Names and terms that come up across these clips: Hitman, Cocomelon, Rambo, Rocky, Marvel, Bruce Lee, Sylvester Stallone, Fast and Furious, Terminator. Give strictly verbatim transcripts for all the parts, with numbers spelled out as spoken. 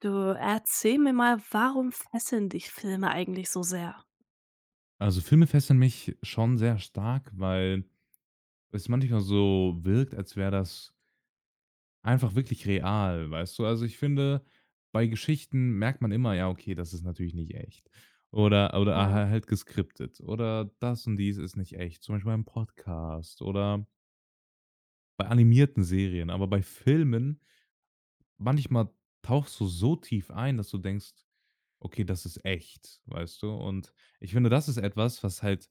Du, erzähl mir mal, warum fesseln dich Filme eigentlich so sehr? Also, Filme fesseln mich schon sehr stark, weil es manchmal so wirkt, als wäre das einfach wirklich real, weißt du? Also, ich finde, bei Geschichten merkt man immer: „Ja, okay, das ist natürlich nicht echt." Oder oder ha halt halt geskriptet oder das und dies ist nicht echt, zum Beispiel beim Podcast oder bei animierten Serien. Aber bei Filmen manchmal tauchst du so tief ein, dass du denkst: Okay, das ist echt, weißt du? Und ich finde, das ist etwas, was halt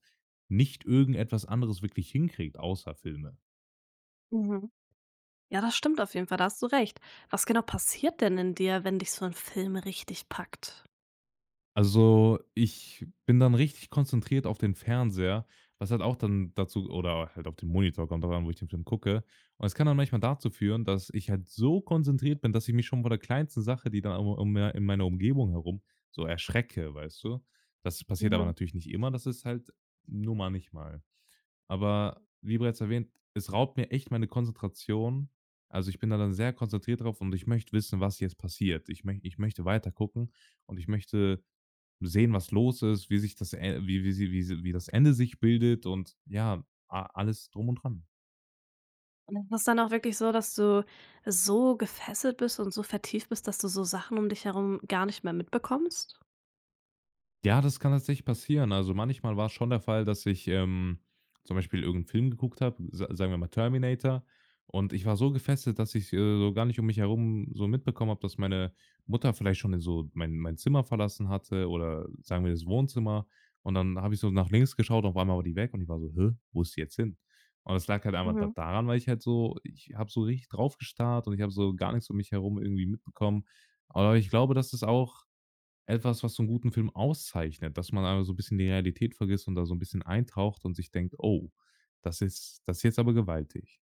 nicht irgendetwas anderes wirklich hinkriegt, außer Filme. Mhm. Ja, das stimmt auf jeden Fall, da hast du recht. Was genau passiert denn in dir, wenn dich so ein Film richtig packt? Also, ich bin dann richtig konzentriert auf den Fernseher, was halt auch dann dazu oder halt auf den Monitor, kommt drauf an, wo ich den Film gucke. Und es kann dann manchmal dazu führen, dass ich halt so konzentriert bin, dass ich mich schon von der kleinsten Sache, die dann um um in meiner Umgebung herum so erschrecke, weißt du? Das passiert aber Mhm. natürlich nicht immer, das ist halt nur mal nicht mal. Aber wie bereits erwähnt, es raubt mir echt meine Konzentration. Also, ich bin da dann sehr konzentriert drauf und ich möchte wissen, was jetzt passiert. Ich möch ich möchte weiter gucken und ich möchte sehen, was los ist, wie sich das, äh wie wie sie wie sie wie das Ende sich bildet, und ja, a alles drum und dran. Und ist das dann auch wirklich so, dass du so gefesselt bist und so vertieft bist, dass du so Sachen um dich herum gar nicht mehr mitbekommst? Ja, das kann tatsächlich passieren. Also, manchmal war es schon der Fall, dass ich, ähm, zum Beispiel, irgendeinen Film geguckt habe, sa sagen wir mal Terminator, und ich war so gefesselt, dass ich, äh, so gar nicht um mich herum so mitbekommen habe, dass meine Mutter vielleicht schon in so mein mein Zimmer verlassen hatte, oder sagen wir das Wohnzimmer. Und dann habe ich so nach links geschaut, auf einmal war die weg und ich war so: „Hä, wo ist die jetzt hin?" Und das lag halt einfach da Mhm. daran, weil ich halt so, ich habe so richtig drauf gestarrt und ich habe so gar nichts um mich herum irgendwie mitbekommen. Aber ich glaube, dass es auch etwas was so 'n guten Film auszeichnet, dass man aber so 'n bisschen die Realität vergisst und da so 'n bisschen eintaucht und sich denkt: „Oh, das ist das ist jetzt aber gewaltig."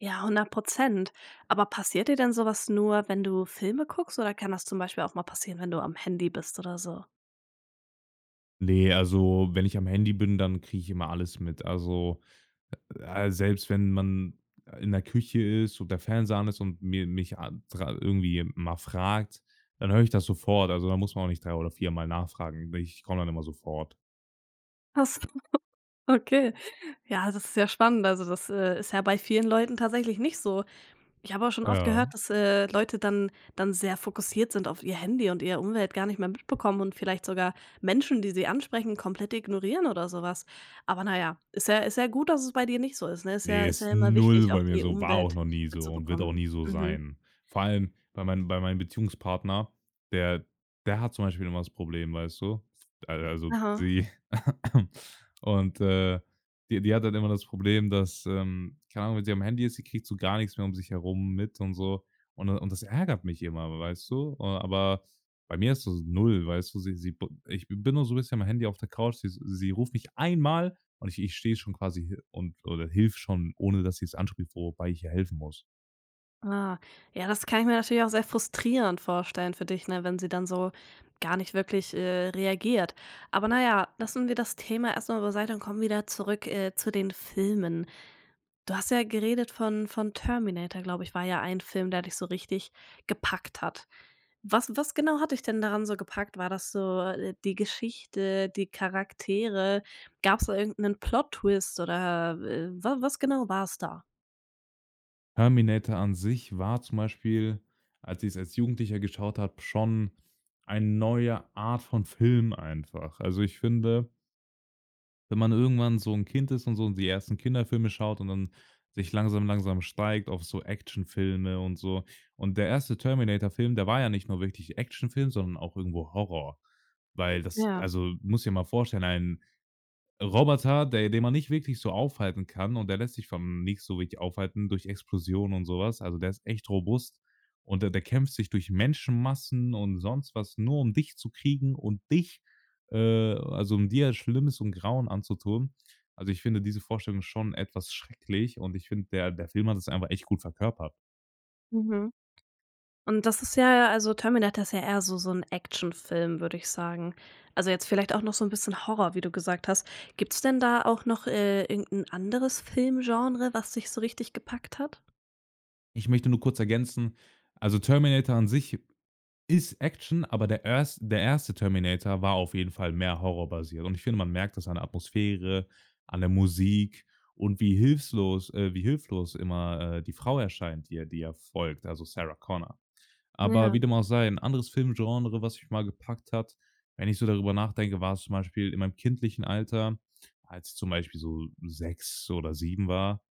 Ja, hundert Prozent. Aber passiert dir denn so was nur, wenn du Filme guckst, oder kann das zum Beispiel auch mal passieren, wenn du am Handy bist oder so? Ne, also, wenn ich am Handy bin, dann kriege ich immer alles mit. Also, äh, äh, selbst wenn man in der Küche ist und der Fernseher an ist und mir mich a dra irgendwie mal fragt, dann höre ich das sofort. Also, da muss man auch nicht drei oder vier Mal nachfragen. Ich komme dann immer sofort. Okay. Ja, das ist ja spannend. Also, das, äh, ist ja bei vielen Leuten tatsächlich nicht so. Ich habe auch schon oft Ja. gehört, dass, äh, Leute dann dann sehr fokussiert sind auf ihr Handy und ihre Umwelt gar nicht mehr mitbekommen und vielleicht sogar Menschen, die sie ansprechen, komplett ignorieren oder sowas. Aber na ja, ist ja ist ja gut, dass es bei dir nicht so ist, ne? Ist ja Nee, ist ist ja immer null wichtig, auch bei mir die so, war auch Umwelt noch nie so und wird auch mitzubekommen. nie so Mhm. sein. Vor allem bei meinem bei meinem Beziehungspartner, der der hat zum Beispiel immer das Problem, weißt du? Al also Aha. sie. Und, äh, die die hat halt immer das Problem, dass, ähm, keine Ahnung, wenn sie am Handy ist, sie kriegt so gar nichts mehr um sich herum mit und so. Und und das ärgert mich immer, weißt du? Äh, aber bei mir ist das null, weißt du? Sie sie Ich bin nur so 'n bisschen am Handy auf der Couch, sie sie ruft mich einmal und ich ich stehe schon quasi, hi und oder hilf schon, ohne dass sie es anspricht, wobei ich ihr helfen muss. Ah, ja, das kann ich mir natürlich auch sehr frustrierend vorstellen für dich, ne, wenn sie dann so gar nicht wirklich, äh, reagiert. Aber naja, lassen wir das Thema erst mal beiseite und kommen wieder zurück, äh, zu den Filmen. Du hast ja geredet von von Terminator, glaube ich, war ja ein Film, der dich so richtig gepackt hat. Was was genau hat dich denn daran so gepackt? War das so, äh, die Geschichte, die Charaktere? Gab es da irgendeinen Plot-Twist oder, äh, wa was genau war es da? Terminator an sich war zum Beispiel, als ich es als Jugendlicher geschaut habe, schon eine neue Art von Film einfach. Also, ich finde, wenn man irgendwann so ein Kind ist und so die ersten Kinderfilme schaut und dann sich langsam, langsam steigt auf so Actionfilme und so. Und der erste Terminator-Film, der war ja nicht nur wirklich Actionfilm, sondern auch irgendwo Horror, weil das, Ja, also, muss dir mal vorstellen, ein Roboter, der den man nicht wirklich so aufhalten kann und der lässt sich vom nicht so wirklich aufhalten durch Explosionen und sowas. Also, der ist echt robust und der der kämpft sich durch Menschenmassen und sonst was, nur um dich zu kriegen und dich äh, also, um dir Schlimmes und Grauen anzutun. Also, ich finde diese Vorstellung schon etwas schrecklich und ich finde, der der Film hat es einfach echt gut verkörpert. mhm. Und das ist ja, also Terminator ist ja eher so so ein Actionfilm, würde ich sagen. Also, jetzt vielleicht auch noch so ein bisschen Horror, wie du gesagt hast. Gibt's denn da auch noch, äh, irgend anderes Filmgenre, was dich so richtig gepackt hat? Ich möchte nur kurz ergänzen, also Terminator an sich ist Action, aber der erst der erste Terminator war auf jeden Fall mehr horrorbasiert, und ich finde, man merkt das an der Atmosphäre, an der Musik und wie hilfslos äh, wie hilflos immer, äh, die Frau erscheint, die er die er folgt, also Sarah Connor. Aber Ja, wie dem auch sei, ein anderes Filmgenre, was mich mal gepackt hat, wenn ich so darüber nachdenke, war es zum Beispiel in meinem kindlichen Alter, als ich zum Beispiel so sechs oder sieben war,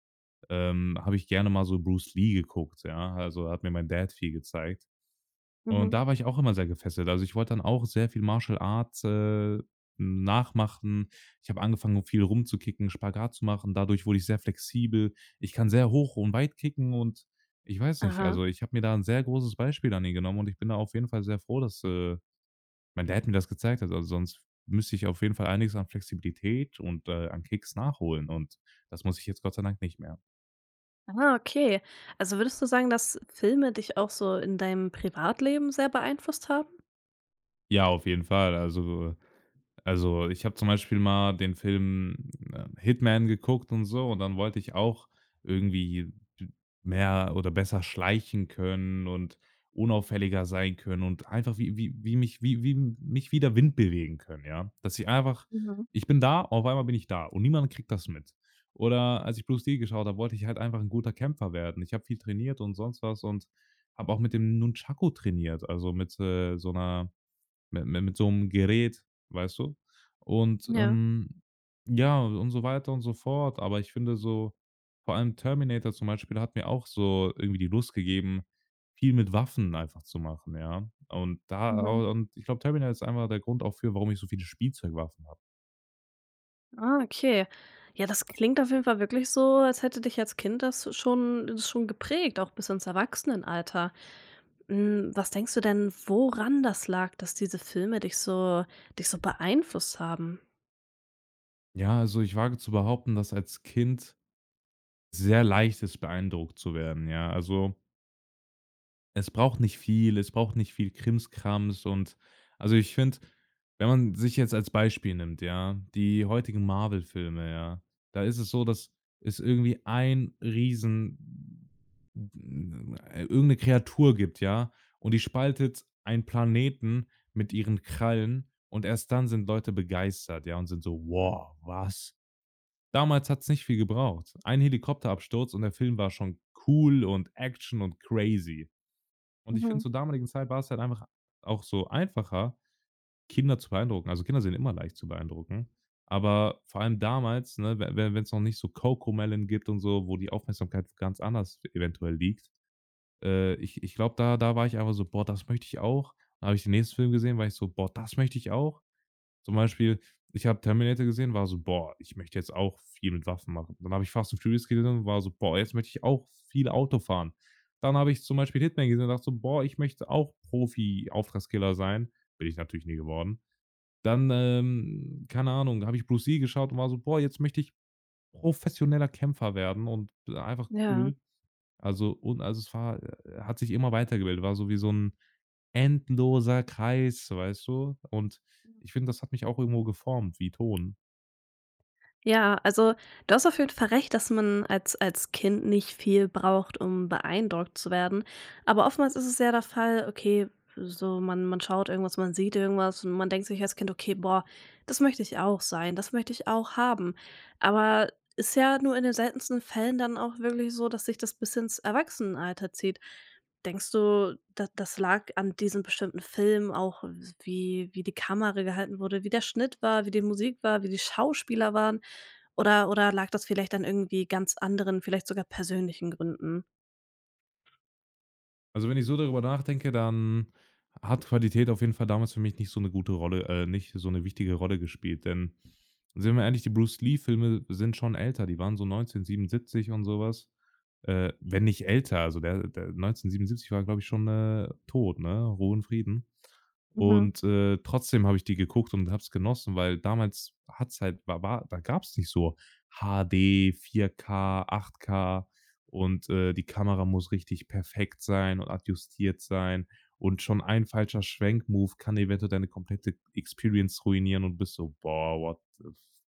ähm, habe ich gerne mal so Bruce Lee geguckt, ja? Also, hat mir mein Dad viel gezeigt. Und mhm. da war ich auch immer sehr gefesselt. Also, ich wollte dann auch sehr viel Martial Arts, äh, nachmachen. Ich habe angefangen, viel rumzukicken, Spagat zu machen. Dadurch wurde ich sehr flexibel. Ich kann sehr hoch und weit kicken und ich weiß nicht, Aha. also, ich habe mir da ein sehr großes Beispiel an ihn genommen und ich bin da auf jeden Fall sehr froh, dass, äh, mein Dad mir das gezeigt hat. Also, sonst müsste ich auf jeden Fall einiges an Flexibilität und, äh, an Kicks nachholen, und das muss ich jetzt Gott sei Dank nicht mehr. Ah, okay. Also, würdest du sagen, dass Filme dich auch so in deinem Privatleben sehr beeinflusst haben? Ja, auf jeden Fall. Also Also, ich habe zum Beispiel mal den Film, äh, Hitman geguckt und so und dann wollte ich auch irgendwie mehr oder besser schleichen können und unauffälliger sein können und einfach wie wie wie mich wie wie mich wie der Wind bewegen können, ja? Dass ich einfach Mhm. ich bin da, auf einmal bin ich da und niemand kriegt das mit. Oder als ich Bruce Lee geschaut habe, wollte ich halt einfach ein guter Kämpfer werden. Ich habe viel trainiert und sonst was und habe auch mit dem Nunchaku trainiert, also mit, äh, so einer Mi mi mit so einem Gerät, weißt du? Und, Ja. ähm, ja, und so weiter und so fort. Aber ich finde so, vor allem Terminator zum Beispiel, hat mir auch so irgendwie die Lust gegeben, viel mit Waffen einfach zu machen, ja? Und da Mhm. und ich glaube, Terminator ist einfach der Grund auch für, warum ich so viele Spielzeugwaffen habe. Ah, okay. Ja, das klingt auf jeden Fall wirklich so, als hätte dich als Kind das schon das schon geprägt, auch bis ins Erwachsenenalter. Hm, was denkst du denn, woran das lag, dass diese Filme dich so dich so beeinflusst haben? Ja, also, ich wage zu behaupten, dass als Kind sehr leicht ist, beeindruckt zu werden, ja? Also. Es braucht nicht viel es braucht nicht viel Krimskrams und, also, ich finde, wenn man sich jetzt als Beispiel nimmt, ja, die heutigen Marvel-Filme, ja, da ist es so, dass es irgendwie ein riesen äh, irgend 'ne Kreatur gibt, ja, und die spaltet einen Planeten mit ihren Krallen und erst dann sind Leute begeistert, ja, und sind so: „Wow, was?" Damals hat's nicht viel gebraucht. Ein Helikopterabsturz und der Film war schon cool und Action und crazy. Und ich finde, Mhm. zur damaligen Zeit war es halt einfach auch so einfacher, Kinder zu beeindrucken. Also, Kinder sind immer leicht zu beeindrucken, aber vor allem damals, ne, we we noch nicht so Cocomelon gibt und so, wo die Aufmerksamkeit ganz anders e-, eventuell liegt. Äh, ich ich glaube, da da war ich einfach so: „Boah, das möchte ich auch." Dann habe ich den nächsten Film gesehen, war ich so: „Boah, das möchte ich auch." Zum Beispiel, ich habe Terminator gesehen, war so: „Boah, ich möchte jetzt auch viel mit Waffen machen." Dann habe ich Fast and Furious gesehen und war so: „Boah, jetzt möchte ich auch viel Auto fahren." Dann habe ich zum Beispiel Hitman gesehen und dachte so: „Boah, ich möchte auch Profi-Auftragskiller sein." Bin ich natürlich nie geworden. Dann, ähm, keine Ahnung, habe ich Bruce Lee geschaut und war so: „Boah, jetzt möchte ich professioneller Kämpfer werden und einfach Ja. cool." also und also es war, äh, hat sich immer weitergebildet, war so wie so 'n endloser Kreis, weißt du? Und ich finde, das hat mich auch irgendwo geformt wie Ton. Ja, also du hast auf jeden Fall recht, dass man als, als Kind nicht viel braucht, um beeindruckt zu werden. Aber oftmals ist es ja der Fall: Okay, so man, man schaut irgendwas, man sieht irgendwas und man denkt sich als Kind: Okay, boah, das möchte ich auch sein, das möchte ich auch haben. Aber ist ja nur in den seltensten Fällen dann auch wirklich so, dass sich das bis ins Erwachsenenalter zieht. Denkst du, da, das lag an diesem bestimmten Film auch, wie, wie die Kamera gehalten wurde, wie der Schnitt war, wie die Musik war, wie die Schauspieler waren? Oder oder lag das vielleicht an irgendwie ganz anderen, vielleicht sogar persönlichen Gründen? Also, wenn ich so darüber nachdenke, dann hat Qualität auf jeden Fall damals für mich nicht so eine gute Rolle äh, nicht so eine wichtige Rolle gespielt, denn sind wir ehrlich, die Bruce Lee-Filme sind schon älter, die waren so neunzehnhundertsiebenundsiebzig und sowas, äh, wenn nicht älter. Also, der der neunzehnhundertsiebenundsiebzig war, glaube ich, schon, äh, tot, ne? Ruhe in Frieden. Mhm, Und, äh, trotzdem habe ich die geguckt und habe es genossen, weil damals hat's halt war war da gab's nicht so H D, vier K, acht K und, äh, die Kamera muss richtig perfekt sein und adjustiert sein. Und schon ein falscher Schwenkmove kann eventuell deine komplette Experience ruinieren und bist so: „Boah, what the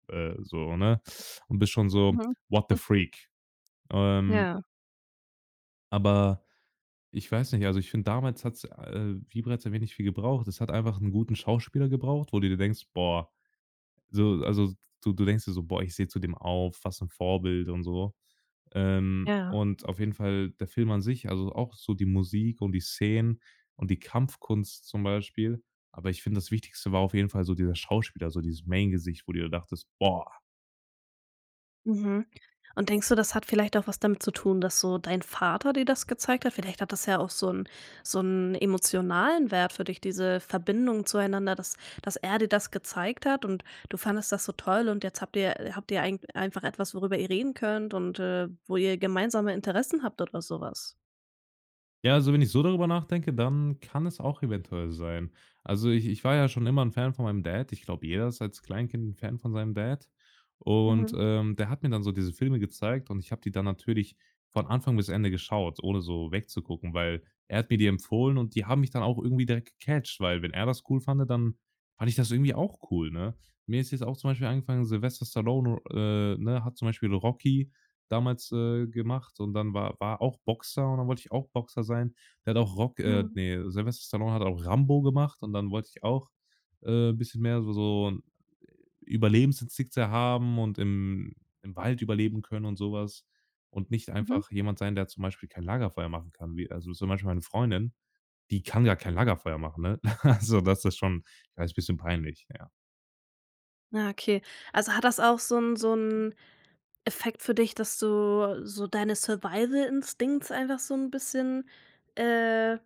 f, äh, so, ne? Und bist schon so: mhm, „What the mhm. freak?" Ähm, Ja, aber ich weiß nicht, also, ich finde, damals hat's, äh, wie bereits erwähnt, nicht viel gebraucht. Es hat einfach einen guten Schauspieler gebraucht, wo du dir denkst: „Boah, so also, du du denkst dir so: „Boah, ich sehe zu dem auf, was ein Vorbild“ und so. Ähm, ja. und auf jeden Fall der Film an sich, also auch so die Musik und die Szenen und die Kampfkunst zum Beispiel. Aber ich finde, das Wichtigste war auf jeden Fall so dieser Schauspieler, so dieses Main-Gesicht, wo du dir dachtest: „Boah, Mhm. Und denkst du, das hat vielleicht auch was damit zu tun, dass so dein Vater dir das gezeigt hat? Vielleicht hat das ja auch so einen so einen emotionalen Wert für dich, diese Verbindung zueinander, dass dass er dir das gezeigt hat und du fandest das so toll und jetzt habt ihr habt ihr eigen einfach etwas, worüber ihr reden könnt und, äh, wo ihr gemeinsame Interessen habt oder sowas? ja, also wenn ich so darüber nachdenke, dann kann es auch eventuell sein. Also ich ich war ja schon immer ein Fan von meinem Dad. Ich glaube, jeder ist als Kleinkind 'n Fan von seinem Dad. Und, Mhm, ähm, der hat mir dann so diese Filme gezeigt und ich habe die dann natürlich von Anfang bis Ende geschaut, ohne so wegzugucken, weil er hat mir die empfohlen und die haben mich dann auch irgendwie direkt gecatcht, weil wenn er das cool fand, dann fand ich das irgendwie auch cool, ne? Mir ist jetzt auch zum Beispiel angefangen, Sylvester Stallone, äh, ne, hat zum Beispiel Rocky damals, äh, gemacht und dann war war auch Boxer und dann wollte ich auch Boxer sein. Der hat auch Rock äh, mhm, ne, Sylvester Stallone hat auch Rambo gemacht und dann wollte ich auch, äh, ein bisschen mehr so so 'n Überlebensinstinkte haben und im im Wald überleben können und sowas und nicht mhm. einfach jemand sein, der zum Beispiel kein Lagerfeuer machen kann, wie also, zum Beispiel meine Freundin, die kann gar kein Lagerfeuer machen, ne? Also, das ist schon ja, ist ein bisschen peinlich, ja. Ah, okay. Also, hat das auch so 'n so 'n Effekt für dich, dass du so deine Survival-Instincts einfach so 'n bisschen, äh,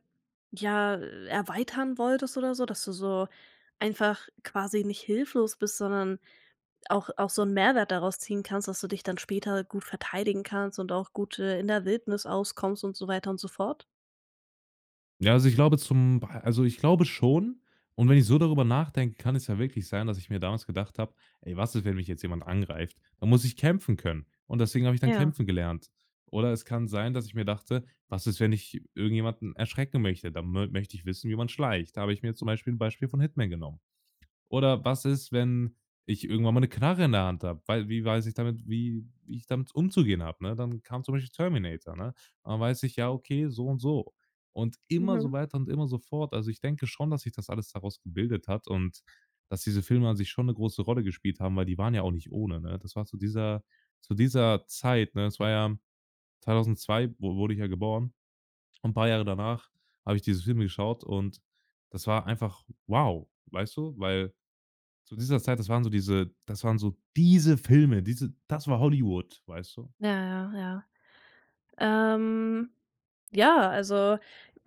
ja, erweitern wolltest oder so, dass du so einfach quasi nicht hilflos bist, sondern auch auch so 'n Mehrwert daraus ziehen kannst, dass du dich dann später gut verteidigen kannst und auch gut, äh, in der Wildnis auskommst und so weiter und so fort? Ja, also ich glaube zum also ich glaube schon und wenn ich so darüber nachdenke, kann es ja wirklich sein, dass ich mir damals gedacht habe: „Ey, was ist, wenn mich jetzt jemand angreift? Dann muss ich kämpfen können.“ Und deswegen habe ich dann Ja. kämpfen gelernt. Oder es kann sein, dass ich mir dachte: „Was ist, wenn ich irgendjemanden erschrecken möchte? Dann mö möchte ich wissen, wie man schleicht.“ Da habe ich mir zum Beispiel ein Beispiel von Hitman genommen. Oder was ist, wenn ich irgendwann mal 'ne Knarre in der Hand habe? Weil wie weiß ich damit wie wie ich damit umzugehen habe, ne? Dann kam zum Beispiel Terminator, ne? Und dann weiß ich, ja, okay, so und so. Und immer so Mhm. weiter und immer so fort. Also, ich denke schon, dass sich das alles daraus gebildet hat und dass diese Filme an sich schon 'ne große Rolle gespielt haben, weil die waren ja auch nicht ohne, ne? Das war zu dieser zu dieser Zeit, ne? Es war ja zweitausendzwei wu wurde ich ja geboren und paar Jahre danach habe ich diese Filme geschaut und das war einfach wow, weißt du? Weil zu dieser Zeit, das waren so diese das waren so diese Filme, diese das war Hollywood, weißt du? Ja, ja, ja. Ähm, ja, also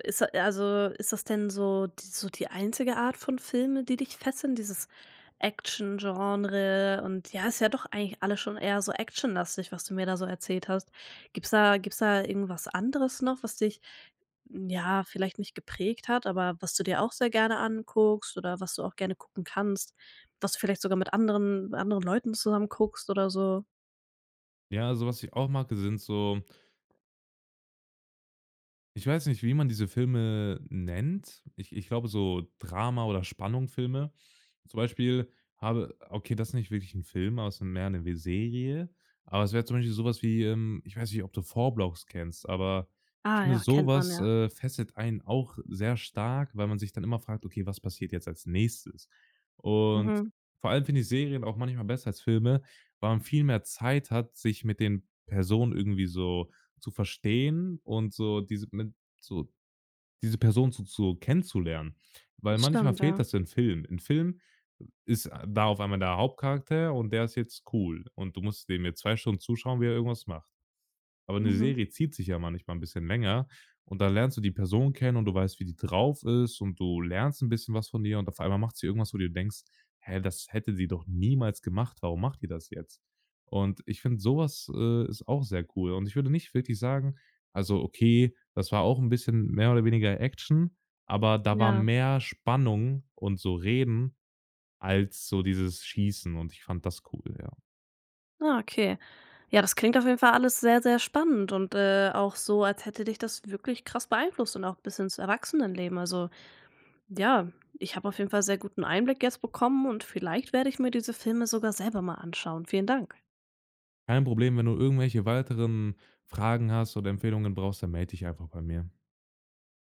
ist, also, ist das denn so d so die einzige Art von Filme, die dich fesseln, dieses Action-Genre? Und ja, ist ja doch eigentlich alles schon eher so actionlastig, was du mir da so erzählt hast. Gibt's da gibt's da irgendwas anderes noch, was dich, hm, ja, vielleicht nicht geprägt hat, aber was du dir auch sehr gerne anguckst oder was du auch gerne gucken kannst, was du vielleicht sogar mit anderen anderen Leuten zusammen guckst oder so? Ja, also, was ich auch mag, sind so, ich weiß nicht, wie man diese Filme nennt. Ich ich glaube, so Drama oder Spannungfilme. Zum Beispiel habe, okay, das ist nicht wirklich ein Film, aber es ist mehr eine Serie. Aber es wäre zum Beispiel sowas wie, ähm ich weiß nicht, ob du Vorblogs kennst, aber ich Ah finde, ja, kennt man sowas ja. äh, fesselt einen auch sehr stark, weil man sich dann immer fragt: „Okay, was passiert jetzt als Nächstes?“ Und Mhm. vor allem finde ich Serien auch manchmal besser als Filme, weil man viel mehr Zeit hat, sich mit den Personen irgendwie so zu verstehen und so diese mit so diese Person so so kennenzulernen. Weil manchmal Stimmt, fehlt ja. das in Filmen. In Filmen ist äh, da auf einmal der Hauptcharakter und der ist jetzt cool und du musst dem jetzt zwei Stunden zuschauen, wie er irgendwas macht. Aber eine Mhm. Serie zieht sich ja manchmal ein bisschen länger und dann lernst du die Person kennen und du weißt, wie die drauf ist und du lernst ein bisschen was von ihr und auf einmal macht sie irgendwas, wo du dir denkst: „Hä, das hätte sie doch niemals gemacht. Warum macht die das jetzt?“ Und ich finde, sowas äh, ist auch sehr cool. Und ich würde nicht wirklich sagen, also, okay, das war auch ein bisschen mehr oder weniger Action, aber da war Ja. mehr Spannung und so Reden als so dieses Schießen und ich fand das cool, ja. Ah, okay. Ja, das klingt auf jeden Fall alles sehr, sehr spannend und, äh, auch so, als hätte dich das wirklich krass beeinflusst und auch bis ins Erwachsenenleben. Also, ja, ich habe auf jeden Fall sehr guten Einblick jetzt bekommen und vielleicht werde ich mir diese Filme sogar selber mal anschauen. Vielen Dank. Kein Problem, wenn du irgendwelche weiteren Fragen hast oder Empfehlungen brauchst, dann melde dich einfach bei mir.